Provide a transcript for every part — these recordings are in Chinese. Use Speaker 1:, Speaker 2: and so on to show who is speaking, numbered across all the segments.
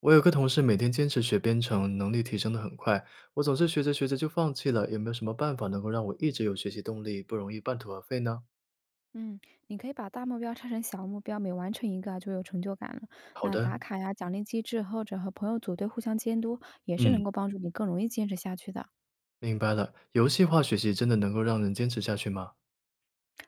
Speaker 1: 我有个同事每天坚持学编程，能力提升的很快。我总是学着学着就放弃了，有没有什么办法能够让我一直有学习动力，不容易半途而废呢？
Speaker 2: 嗯，你可以把大目标拆成小目标，每完成一个啊，就有成就感了。
Speaker 1: 好
Speaker 2: 那
Speaker 1: 的，
Speaker 2: 打卡呀、奖励机制，或者和朋友组队互相监督，也是
Speaker 1: 嗯，
Speaker 2: 能够帮助你更容易坚持下去的。
Speaker 1: 明白了。游戏化学习真的能够让人坚持下去吗？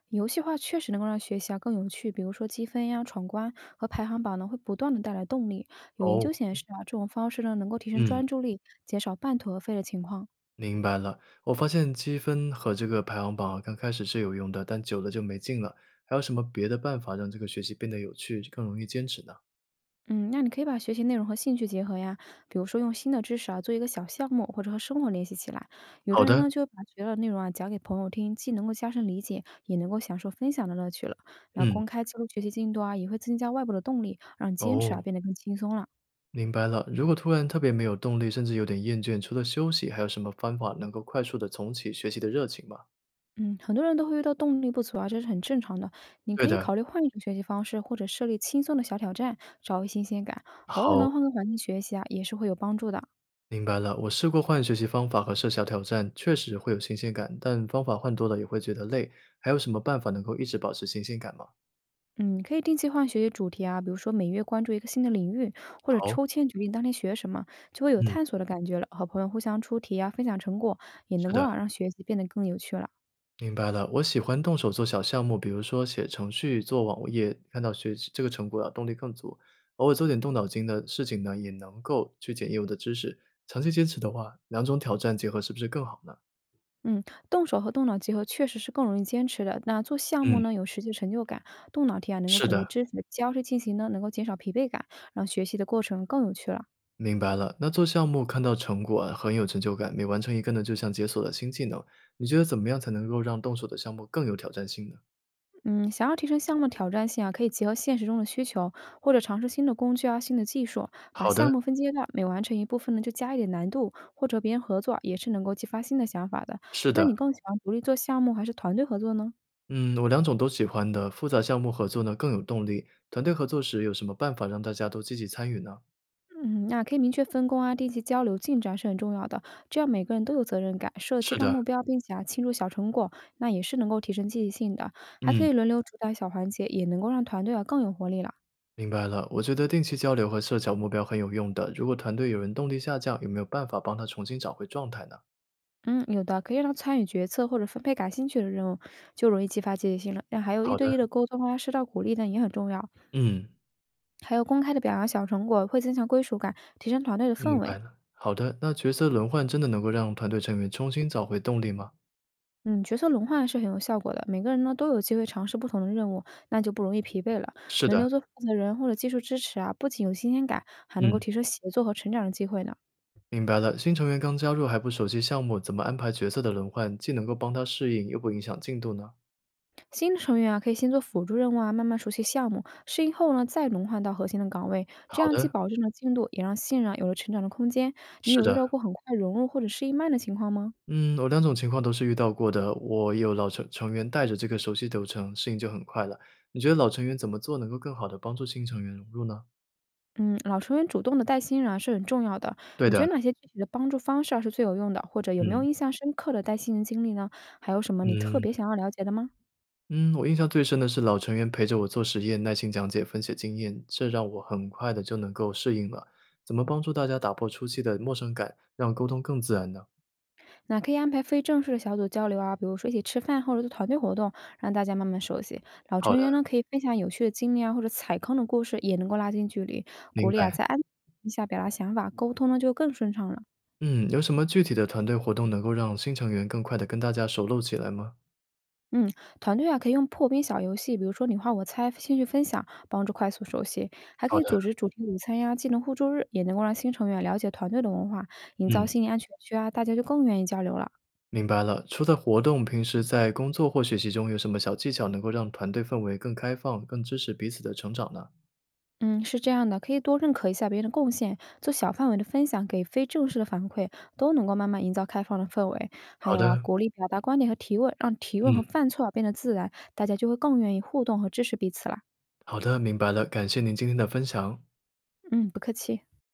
Speaker 2: 游戏化确实能够让学习啊更有趣，比如说积分呀、闯关和排行榜呢，会不断的带来动力。有研
Speaker 1: 哦，
Speaker 2: 究显示啊，这种方式呢，能够提升
Speaker 1: 嗯，
Speaker 2: 专注力，减少半途而废的情况。
Speaker 1: 明白了。我发现积分和这个排行榜啊，刚开始是有用的，但久了就没劲了。还有什么别的办法让这个学习变得有趣，更容易坚持呢？
Speaker 2: 嗯，那你可以把学习内容和兴趣结合呀，比如说用新的知识啊做一个小项目，或者和生活联系起来。有的
Speaker 1: 好
Speaker 2: 人
Speaker 1: 的，
Speaker 2: 呢就把学到的内容啊讲给朋友听，既能够加深理解，也能够享受分享的乐趣了。那
Speaker 1: 嗯，
Speaker 2: 公开记录学习进度啊，也会增加外部的动力，让坚持啊
Speaker 1: 哦。
Speaker 2: 变得更轻松了。
Speaker 1: 明白了，如果突然特别没有动力，甚至有点厌倦，除了休息，还有什么方法能够快速的重启学习的热情吗？
Speaker 2: 嗯，很多人都会遇到动力不足啊，这是很正常的。你
Speaker 1: 对
Speaker 2: 可以
Speaker 1: 的，
Speaker 2: 考虑换一种学习方式，或者设立轻松的小挑战，找回新鲜感。偶尔呢
Speaker 1: 好，
Speaker 2: 换个环境学习啊，也是会有帮助的。
Speaker 1: 明白了。我试过换学习方法和设小挑战，确实会有新鲜感，但方法换多了也会觉得累。还有什么办法能够一直保持新鲜感吗？
Speaker 2: 嗯，可以定期换学习主题啊，比如说每月关注一个新的领域，或者
Speaker 1: 好，
Speaker 2: 抽签决定当天学什么，就会有
Speaker 1: 嗯，
Speaker 2: 探索的感觉了。和朋友互相出题啊，分享成果，也
Speaker 1: 是
Speaker 2: 能够
Speaker 1: 的。
Speaker 2: 让学习变得更有趣了。
Speaker 1: 明白了，我喜欢动手做小项目，比如说写程序、做网页，看到学习这个成果啊，动力更足。偶尔做点动脑筋的事情呢，也能够去检验我的知识。长期坚持的话，两种挑战结合是不是更好呢？
Speaker 2: 嗯，动手和动脑结合确实是更容易坚持的。那做项目
Speaker 1: 嗯，
Speaker 2: 呢，有实际成就感；动脑题啊，能够
Speaker 1: 是
Speaker 2: 巩固
Speaker 1: 的，
Speaker 2: 知识；交替进行呢，能够减少疲惫感，让学习的过程更有趣了。
Speaker 1: 明白了。那做项目看到成果啊，很有成就感，每完成一个呢，就像解锁了新技能。你觉得怎么样才能够让动手的项目更有挑战性呢？
Speaker 2: 嗯，想要提升项目挑战性啊，可以结合现实中的需求，或者尝试新的工具啊、新的技术，把
Speaker 1: 好
Speaker 2: 项
Speaker 1: 的，
Speaker 2: 目分阶段，每完成一部分呢就加一点难度，或者和别人合作也是能够激发新的想法的。
Speaker 1: 是
Speaker 2: 那你
Speaker 1: 的。
Speaker 2: 更喜欢独立做项目还是团队合作呢？
Speaker 1: 嗯，我两种都喜欢的，复杂项目合作呢更有动力。团队合作时有什么办法让大家都积极参与呢？
Speaker 2: 嗯，那可以明确分工啊，定期交流进展是很重要的，这样每个人都有责任感，设阶
Speaker 1: 是
Speaker 2: 段
Speaker 1: 的，
Speaker 2: 目标，并且啊庆祝小成果，那也是能够提升积极性的，还可
Speaker 1: 嗯，
Speaker 2: 以轮流主导小环节，也能够让团队啊更有活力了。
Speaker 1: 明白了。我觉得定期交流和设小目标很有用的。如果团队有人动力下降，有没有办法帮他重新找回状态呢？
Speaker 2: 嗯，有的，可以让参与决策或者分配感兴趣的任务，就容易激发积极性了。那还有一
Speaker 1: 好
Speaker 2: 对
Speaker 1: 的，
Speaker 2: 一的沟通啊，受到鼓励呢也很重要。
Speaker 1: 嗯，
Speaker 2: 还有公开的表扬小成果，会增强归属感，提升团队的氛
Speaker 1: 明白
Speaker 2: 围。
Speaker 1: 了。好的，那角色轮换真的能够让团队成员重新找回动力吗？
Speaker 2: 嗯，角色轮换是很有效果的，每个人呢都有机会尝试不同的任务，那就不容易疲惫了。
Speaker 1: 是
Speaker 2: 轮
Speaker 1: 的，
Speaker 2: 流做负责人或者技术支持啊，不仅有新鲜感，还能够
Speaker 1: 嗯，
Speaker 2: 提升协作和成长的机会呢。
Speaker 1: 明白了。新成员刚加入还不熟悉项目，怎么安排角色的轮换，既能够帮他适应，又不影响进度呢？
Speaker 2: 新的成员啊，可以先做辅助任务啊，慢慢熟悉项目，适应后呢，再轮换到核心的岗位，这
Speaker 1: 好
Speaker 2: 样既
Speaker 1: 的，
Speaker 2: 保证了进度，也让新人啊有了成长的空间。你
Speaker 1: 是
Speaker 2: 有遇
Speaker 1: 的。
Speaker 2: 到过很快融入或者适应慢的情况吗？
Speaker 1: 嗯，我两种情况都是遇到过的。我有老成成员带着这个熟悉流程，适应就很快了。你觉得老成员怎么做能够更好的帮助新成员融入呢？
Speaker 2: 嗯，老成员主动的带新人啊是很重要的。
Speaker 1: 对
Speaker 2: 你觉
Speaker 1: 的，
Speaker 2: 得哪些具体的帮助方式啊是最有用的？或者有没有
Speaker 1: 嗯
Speaker 2: 印象深刻的带新人经历呢？还有什么你特
Speaker 1: 嗯
Speaker 2: 别想要了解的吗？
Speaker 1: 嗯，我印象最深的是老成员陪着我做实验，耐心讲解、分析经验，这让我很快的就能够适应了。怎么帮助大家打破初期的陌生感，让沟通更自然呢？
Speaker 2: 那可以安排非正式的小组交流啊，比如说一起吃饭或者做团队活动，让大家慢慢熟悉。老
Speaker 1: 好
Speaker 2: 成
Speaker 1: 的，
Speaker 2: 员呢可以分享有趣的经历啊，或者踩坑的故事，也能够拉近距离。鼓
Speaker 1: 明
Speaker 2: 励啊
Speaker 1: 白。
Speaker 2: 在安一下表达想法，沟通呢就更顺畅了。
Speaker 1: 嗯，有什么具体的团队活动能够让新成员更快的跟大家熟络起来吗？
Speaker 2: 嗯，团队啊可以用破冰小游戏，比如说你画我猜、兴趣分享，帮助快速熟悉。还可
Speaker 1: 好
Speaker 2: 以
Speaker 1: 的，
Speaker 2: 组织主题午餐呀、技能互助日，也能够让新成员了解团队的文化，营造
Speaker 1: 嗯。
Speaker 2: 心理安全区啊，大家就更愿意交流了。
Speaker 1: 明白了。除了活动，平时在工作或学习中有什么小技巧能够让团队氛围更开放、更支持彼此的成长呢？
Speaker 2: 嗯，是这样的，可以多认可一下别人的贡献，做小范围的分享，给非正式的反馈，都能够慢慢营造开放的氛围。还
Speaker 1: 好
Speaker 2: 有啊，
Speaker 1: 的，
Speaker 2: 鼓励表达观点和提问，让提问和
Speaker 1: 嗯，
Speaker 2: 犯错啊变得自然，大家就会更愿意互动和支持彼此啦。
Speaker 1: 好的，明白了。感谢您今天的分享。
Speaker 2: 嗯，不客气。